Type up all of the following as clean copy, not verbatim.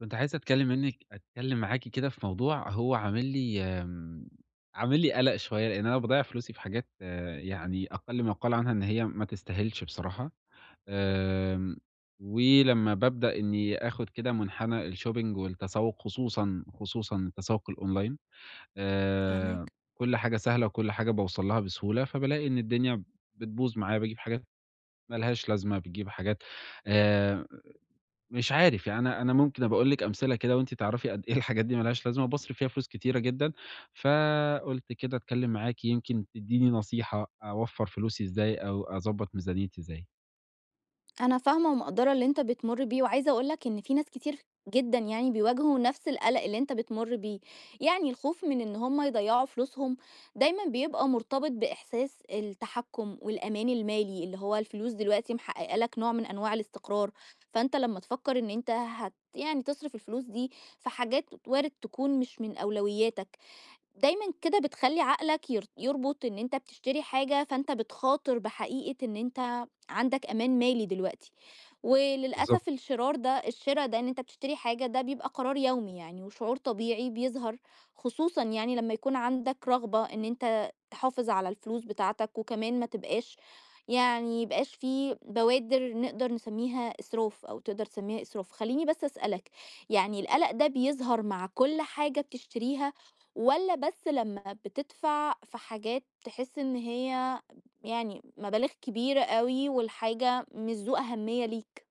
كنت عايز أتكلم معاكِ كده في موضوع هو عامل لي قَلَق شوية، لإن أنا باضيّع فلوسي في حاجات يعني أقل ما يُقال عنها إن هي ما تستاهلش بصراحة. آمم، ولمّا بابدأ إني آخُد كده مُنحنى الshopping والتسوُّق خصوصًا، خصوصًا التسوُّق الأونلاين، آآ، فاهماك. كل حاجة سهلة وكل حاجة باوصل لها بسهولة، فبالاقي إن الدنيا بتبوظ معايا، باجيب حاجات ما لهاش لازمة، باجيب حاجات آآ مش عارف، يعني أنا ممكن أبقى أقول لِك أمثلة كده وأنتِ تعرفي قد إيه الحاجات دي ما لهاش لازمة، باصرف فيها فلوس كتيرة جدًا، فقُلت كده أتكلم معاكِ يمكن تدّيني نصيحة أوفّر فلوسي إزاي أو أضبّط ميزانيتي إزاي. أنا فاهمة ومقدّرة اللي أنت بتمُر بيه، وعايزة أقول لك إن في ناس كتير جدًا يعني بيواجهوا نفس القلق اللي أنت بتمُر بيه، يعني الخوف من إن هم يضيّعوا فلوسهم دايمًا بيبقى مرتبط بإحساس التحكُّم والأمان المالي، اللي هو الفلوس دلوقتي محققة لك نوع من أنواع الاستقرار، فأنت لمّا تفكّر إن أنت يعني تصرف الفلوس دي في حاجات وارد تكون مش من أولوياتك، دايمًا كده بتخلّي عقلك يربط إن أنت بتشتري حاجة، فأنت بتخاطر بحقيقة إن أنت عندك أمان مالي دلوقتي، وللأسف بالضبط. الشرا ده إن أنت بتشتري حاجة ده بيبقى قرار يومي يعني، وشعور طبيعي بيظهر خصوصًا يعني لمّا يكون عندك رغبة إن أنت تحافظ على الفلوس بتاعتك، وكمان ما تبقاش يعني يبقاش في بوادر نقدر نسميها إسراف أو تقدر تسميها إسراف. خلّيني بس أسألك، يعني القلق ده بيظهر مع كل حاجة بتشتريها؟ والّا بس لمّا بتدفع في حاجات تحس إن هي يعني مبالغ كبيرة أوي والحاجة مش ذو أهمية ليك؟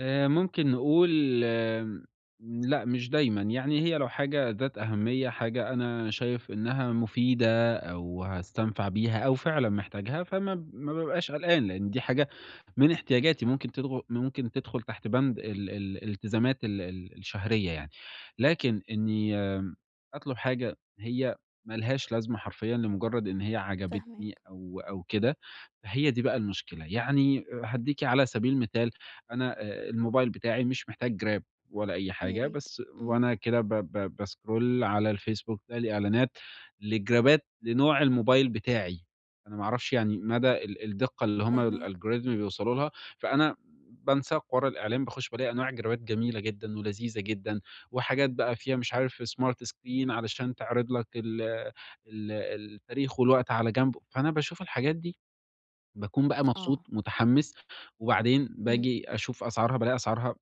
ممكن نقول لأ مش دايمًا، يعني هي لو حاجة ذات أهمية، حاجة أنا شايف إنها مفيدة أو هاستنفع بيها أو فعلًا محتاجها، فما ب ما بابقاش قلقان، لإن دي حاجة من احتياجاتي ممكن تدخل تحت بند ال ال الالتزامات ال ال الشهرية يعني. لكن إني أطلب حاجة هي ما لهاش لازمة حرفيًا لمجرد إن هي عجبتني فاهماك، أو كده، فهي دي بقى المشكلة. يعني هادّيكِ على سبيل المثال أنا الموبايل بتاعي مش محتاج Grab ولا أي يا حاجة، ريت. بس إمم، وأنا كده ب ب بscroll على الفيسبوك ألاقي إعلانات لجرابات لنوع الموبايل بتاعي، أنا ما أعرفش يعني مدى الدقة اللي هم فاهماك. الalgorithm بيوصلوا لها، فأنا بانساق ورا الإعلان، باخش بالاقي أنواع جرابات جميلة جدًا ولذيذة جدًا، وحاجات بقى فيها مش عارف smart screen علشان تعرض لك ال ال التاريخ والوقت على جنب، فأنا باشوف الحاجات دي باكون بقى مبسوط، آه، متحمّس، وبعدين إمم، باجي أشوف أسعارها بالاقي أسعارها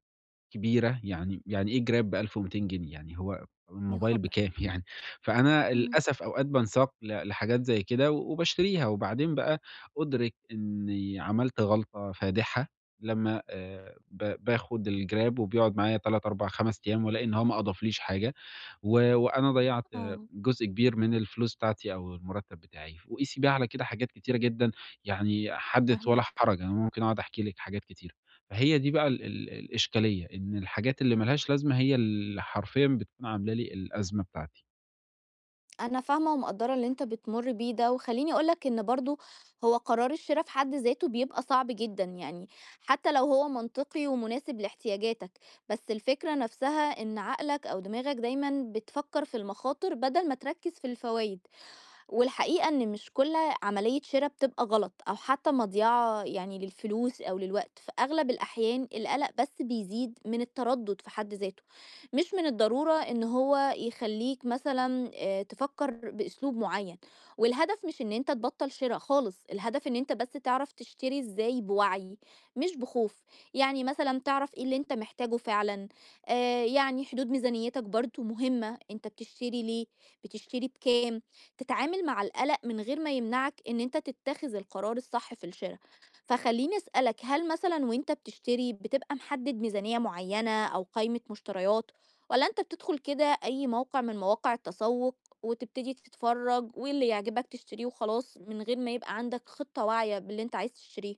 كبيرة، يعني إيه جراب ب1200 جنيه يعني هو يا الموبايل خبر! بكام يعني؟ فأنا إمم، للأسف أوقات بانساق ل لحاجات زي كده وباشتريها، وبعدين بقى أُدرِك إني عملت غلطة فادحة لمّا ب باخد الجراب وبيقعد معايا 3، 4، 5 أيام، وألاقي إن هو ما أضافليش حاجة. و وأنا ضيّعت آه، جزء كبير من الفلوس بتاعتي أو المُرتّب بتاعي، وقيسي بقى على كده حاجات كتيرة جدًا، يعني حدث ولا فاهماك. حرج، أنا ممكن أقعد أحكي لِك حاجات كتيرة. فهي دي بقى ال ال الإشكالية، إن الحاجات اللي ما لهاش لازمة هي اللي حرفيًا بتكون عاملة لي الأزمة بتاعتي. أنا فاهمة ومقدّرة اللي أنت بتمُر بيه ده، وخلّيني أقول لك إن برضه هو قرار الشرا في حد ذاته بيبقى صعب جدًا، يعني حتى لو هو منطقي ومناسب لاحتياجاتك، بس الفكرة نفسها إن عقلك أو دماغك دايمًا بتفكّر في المخاطر بدل ما تركّز في الفوايد، والحقيقة إن مش كل عملية شرا بتبقى غلط أو حتى مضيعة يعني للفلوس أو للوقت. في أغلب الأحيان القلق بس بيزيد من التردد في حد ذاته، مش من الضرورة إن هو يخليك مثلا تفكر بأسلوب معين. والهدف مش إن أنت تبطل شراء خالص، الهدف إن أنت بس تعرف تشتري إزاي بوعي، مش بخوف. يعني مثلا تعرف إيه اللي أنت محتاجه فعلا يعني حدود ميزانيتك برضو مهمة، أنت بتشتري ليه، بتشتري بكام، تتعامل مع القلق من غير ما يمنعك إن أنت تتخذ القرار الصح في الشراء. فخليني أسألك، هل مثلا وأنت بتشتري بتبقى محدد ميزانية معينة أو قائمة مشتريات، ولا أنت بتدخل كده أي موقع من مواقع التسوق وتبتدي تتفرج واللي يعجبك تشتريه وخلاص من غير ما يبقى عندك خطة واعية باللي أنت عايز تشتريه؟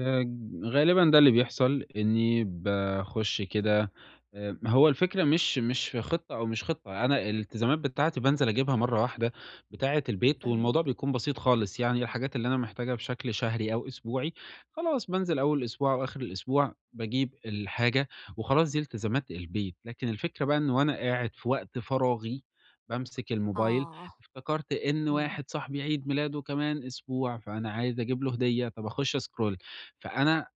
آآ غالبًا ده اللي بيحصل، إنّي باخُش كده، هو الفكرة مش في خطة أو مش خطة، أنا الالتزامات بتاعتي بانزل أجيبها مرّة واحدة بتاعة البيت، والموضوع فاهماك. بيكون بسيط خالص، يعني الحاجات اللي أنا محتاجها بشكل شهري أو أسبوعي، خلاص بانزل أول الأسبوع أو آخر الأسبوع باجيب الحاجة وخلاص، دي التزامات البيت. لكن الفكرة بقى إن وأنا قاعد في وقت فراغي بامسك الموبايل، آه. افتكرت إن امم. واحد صاحبي عيد ميلاده كمان أسبوع، فأنا عايز أجيب له هدية، طَب أخُش أscroll، فأنا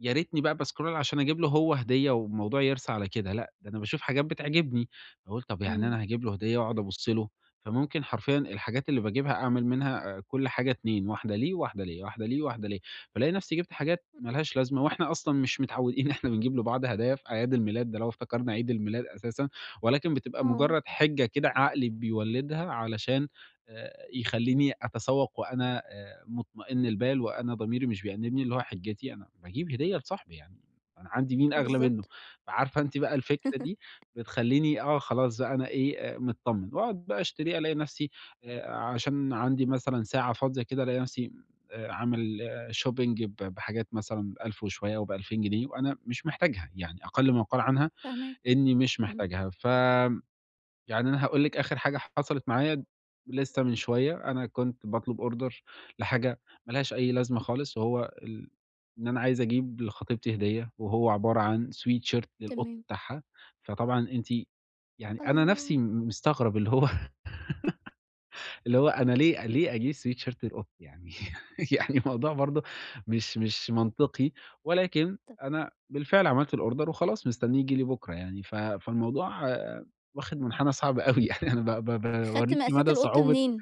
يا ريتني بقى باسكرول عشان أجيب له هو هدية والموضوع يرسى على كده، لأ، ده أنا باشوف حاجات بتعجبني، باقول طب يعني امم. أنا هاجيب له هدية وأقعد أبُص له، فممكن حرفيًا الحاجات اللي باجيبها أعمل منها كل حاجة 2، واحدة ليه، واحدة ليّا، واحدة ليه، واحدة ليّا، فالاقي نفسي جِبت حاجات ما لهاش لازمة، وإحنا أصلًا مش متعودين إحنا بنجيب لبعض هدايا في أعياد الميلاد، ده لو افتكرنا عيد الميلاد أساسًا، ولكن بتبقى اه. مجرد حِجة كده عقلي بيولدها علشان يخلّيني أتسوّق وأنا مطمئن البال وأنا ضميري مش بيأنِّبني، اللي هو حجتي أنا باجيب هدية لصاحبي يعني، أنا عندي مين أغلى منّه، بالظبط. فعارفة أنتِ بقى الفكرة دي بتخلّيني خلاص بقى أنا إيه، متطمن وأقعد بقى أشتريها، ألاقي نَفْسي عشان عندي مثلًا ساعة فاضية كده ألاقي نَفْسي عامل shopping ب بحاجات مثلًا ب1000 وشوية أو ب2000 جنيه وأنا مش محتاجها، يعني أقل ما يُقال عنها فاهماك. إنّي مش امم. محتاجها. ف يعني أنا هاقول لِك آخر حاجة حصلت معايا لسه من شوية، أنا كنت باطلب order لحاجة ما لهاش أي لازمة خالص، وهو ال إن أنا عايز أجيب لخطيبتي هدية، وهو عبارة عن sweatshirt للقط تمام. بتاعها، فطبعًا أنتِ يعني أنا نَفْسي الله. مستغرب اللي هو اللي هو أنا ليه أجيب sweat shirt لأختي يعني، يعني الموضوع برضه مش منطقي، ولكن طب، أنا بالفعل عملت الorder وخلاص مستنيه ييجي لي بكرة يعني، ف فالموضوع واخد منحنى صعب أوي يعني أنا ب ب خدت باوريكِ مقاسات مدى القط صعوبة منين؟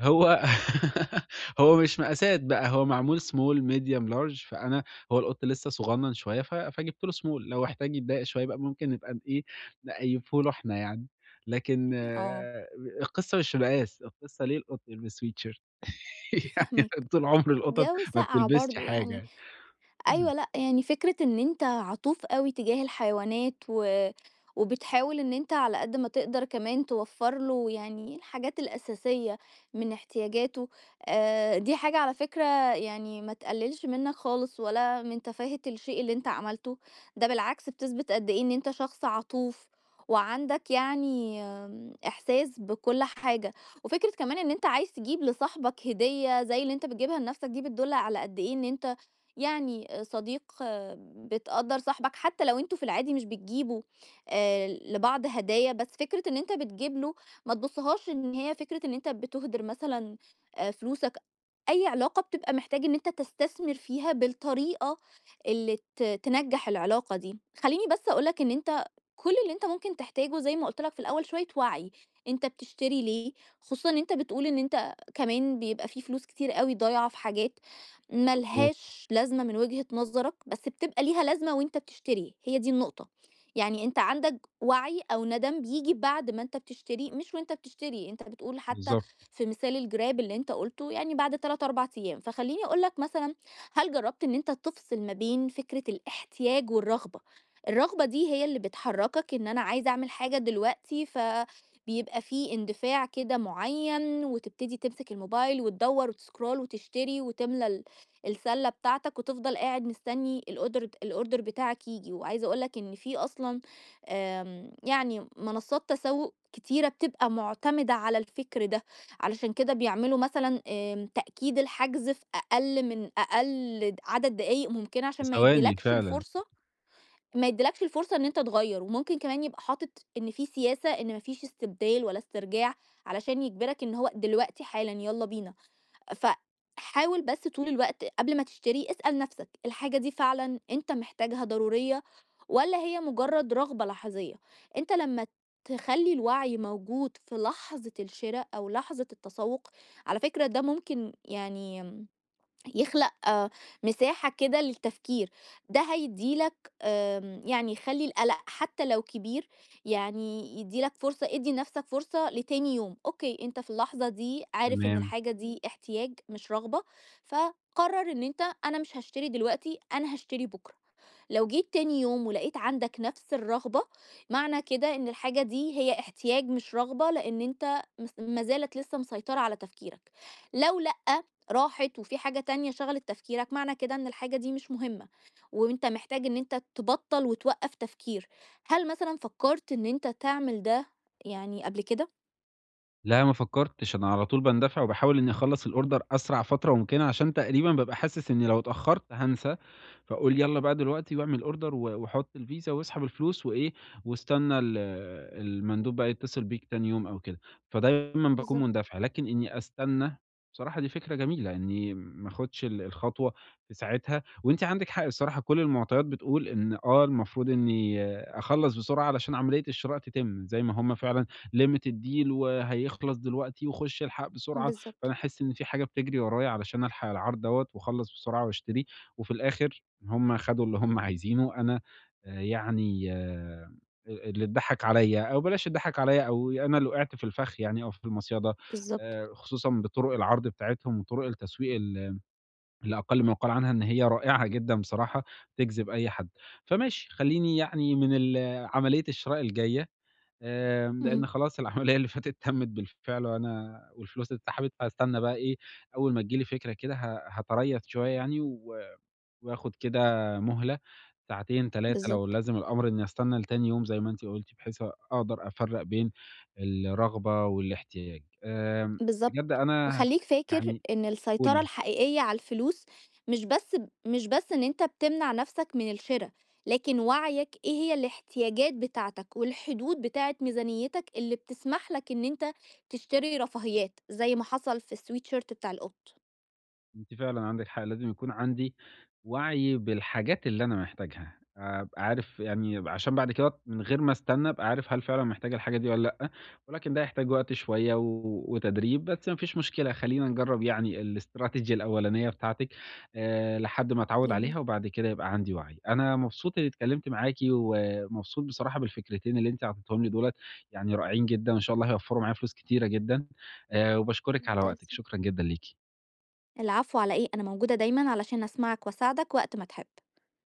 هو هو مش مقاسات بقى، هو معمول small medium large، فأنا هو القط لسه صغنّن شوية ف فجِبت له small، لو احتاج يتضايق شوية بقى ممكن نبقى ن إيه، نقيّفه له إحنا يعني، لكن اه. القصة مش في مقاس، القصة ليه القط يلبس sweatshirt؟ يعني فاهماك. طول عمر القطط الجو ما ساقع بتلبسش برضه حاجة يعني، يعني. أيوه، لأ، يعني فكرة إن أنت عطوف أوي تجاه الحيوانات، و وبتحاول إن أنت على قد ما تقدر كمان توفّر له يعني الحاجات الأساسية من احتياجاته، دي حاجة على فكرة يعني ما تقلّلش منّك خالص ولا من تفاهة الشيء اللي أنت عملته، ده بالعكس بتثبِت قد إيه إن أنت شخص عطوف وعندك يعني إحساس بكل حاجة. وفكرة كمان إن أنت عايز تجيب لصاحبك هدية زي اللي أنت بتجيبها لنَفْسك، دي بتدُل على قد إيه إن أنت يعني صديق بتقدّر صاحبك، حتى لو أنتم في العادي مش بتجيبوا لبعض هدايا، بس فكرة إن أنت بتجيب له، ما تبُصّهاش إن هي فكرة إن أنت بتُهدِر مثلًا فلوسك، أي علاقة بتبقى محتاج إن أنت تستثمر فيها بالطريقة اللي تنجّح العلاقة دي. خلّيني بس أقول لك إن أنت كل اللي أنت ممكن تحتاجه زي ما قُلت لك في الأول شوية وعي، أنت بتشتري ليه؟ خصوصًا إن أنت بتقول إن أنت كمان بيبقى في فلوس كتير أوي ضايعة في حاجات ما مضبوط، لهاش لازمة من وجهة نظرك، بس بتبقى ليها لازمة وأنت بتشتري، هي دي النقطة. يعني أنت عندك وعي أو ندم بييجي بعد ما أنت بتشتري، مش وأنت بتشتري، أنت بتقول حتى بالضبط. في مثال الجراب اللي أنت قُلته يعني بعد 3، 4 أيام. فخلّيني أقول لك مثلًا، هل جرّبت إن أنت تفصل ما بين فكرة الاحتياج والرغبة؟ الرغبة دي هي اللي بتحرّكك إن أنا عايز أعمل حاجة دلوقتي، فبيبقى في اندفاع كده معيّن، وتبتدي تمسك الموبايل وتدوّر وتscroll وتشتري وتملى ال السلة بتاعتك، وتفضل قاعد مستني الأوردر بتاعك ييجي. وعايزة أقول لك إن في أصلًا يعني منصات تسوق كتيرة بتبقى مُعتمدة على الفكر ده، علشان كده بيعملوا مثلًا تأكيد الحجز في أقل من أقل عدد دقايق ممكنة، في عشان ثواني فعلًا. ما يدّيلكش الفرصة إن أنت تغيّر، وممكن كمان يبقى حاطط إن في سياسة إن ما فيش استبدال ولا استرجاع، علشان يجبرك إن هو دلوقتي حالًا يالّا بينا. فحاول بس طول الوقت قبل ما تشتري اسأل نفسك، الحاجة دي فعلا انت محتاجها ضرورية؟ ولا هي مجرد رغبة لحظية؟ انت لما تخلي الوعي موجود في لحظة الشراء او لحظة التسوق، على فكرة ده ممكن يعني يخلق مساحة كده للتفكير. ده هيديلك يعني يخلي القلق حتى لو كبير، يعني يديلك فرصة. ادي نفسك فرصة لتاني يوم، اوكي انت في اللحظة دي عارف ان تمام. الحاجة دي احتياج مش رغبة، فقرر ان انت، انا مش هشتري دلوقتي، انا هشتري بكرة. لو جيت تاني يوم ولقيت عندك نفس الرغبة، معنى كده ان الحاجة دي هي احتياج مش رغبة، لان انت ما زالت لسه مسيطرة على تفكيرك. لو لأ، راحت وفي حاجة تانية شغلت تفكيرك، معنى كده إن الحاجة دي مش مهمة، وأنت محتاج إن أنت تبطّل وتوقّف تفكير. هل مثلًا فكّرت إن أنت تعمل ده يعني قبل كده؟ لا ما فكّرتش، أنا على طول باندفع وباحاول إنّي أخلّص الorder أسرع فترة ممكنة، عشان تقريبًا بابقى حاسس إنّي لو اتأخّرت هانسى، فاقول يالّا بقى دلوقتي واعمل order، و وحُط الفيزا واسحب الفلوس وإيه، واستنى المندوب بقى يتصل بيك تاني يوم أو كده، فدايمًا باكون بالضبط. مندفع، لكن إنّي أستنى بصراحة دي فكرة جميلة، إنّي ما آخُدش الخطوة في ساعتها، وأنتِ عندِك حق الصراحة، كل المعطيات بتقول إن المفروض إنّي أخلّص بسرعة علشان عملية الشراء تتم، زي ما هم فعلًا limited deal وهيخلص دلوقتي وخُش الحق بسرعة، بالضبط. فأنا أحس إن في حاجة بتجري ورايا علشان ألحق العرض دوّة وأخلّص بسرعة وأشتريه، وفي الآخر هم خدوا اللي هم عايزينه، أنا آآ يعني آآ اللي اتضحّك عليّا أو بلاش اتضحّك عليّا أو أنا اللي وقعت في الفخ يعني أو في المصيدة، بالضبط. خصوصًا بطُرق العرض بتاعتهم وطُرق التسويق لا أقل ما يُقال عنها إن هي رائعة جدًا بصراحة، تجذب أي حد. فماشي، خلّيني يعني من عملية الشراء الجاية، لإن إمم. خلاص العملية اللي فاتت تمِّت بالفعل وأنا والفلوس اتسحبت، فهاستنى بقى إيه، أول ما تيجي لي فكرة كده هاتريث شوية يعني، و وآخُد كده مهلة ساعتين، 3 لو بالضبط. لازم الأمر إني أستنى لتاني يوم زي ما أنتِ قُلتِ، بحيث أقدر أفرّق بين الرغبة والاحتياج. بجد بالضبط. أنا وخلّيك فاكر يعني إن السيطرة قولي. الحقيقية على الفلوس مش بس إن أنت بتمنع نَفْسك من الشِرا، لكن وعيك إيه هي الاحتياجات بتاعتك والحدود بتاعة ميزانيتك اللي بتسمح لك إن أنت تشتري رفاهيات، زي ما حصل في الsweatshirt بتاع القط. أنتِ فعلًا عندِك حق، لازم يكون عندي وعي بالحاجات اللي أنا محتاجها، أبقى عارف يعني عشان بعد كده من غير ما استنى أبقى عارف هل فعلًا محتاج الحاجة دي والّا لأ، ولكن ده يحتاج وقت شوية و وتدريب، بس ما فيش مشكلة، خلّينا نجرّب يعني الاستراتيجية الأولانية بتاعتِك لحد ما أتعوّد جميل. عليها وبعد كده يبقى عندي وعي. أنا مبسوط إني اتكلمت معاكِ، ومبسوط بصراحة بالفكرتين اللي أنتِ عطيتيهم لي دُولة، يعني رائعين جدًا وإن شاء الله هيوفّروا معايا فلوس كتيرة جدًا، وباشكرِك على ممتاز. وقتِك، شكرًا جدًا ليكِ. العفو على إيه، أنا موجودة دايمًا علشان أسمعك وأساعدك وقت ما تحب.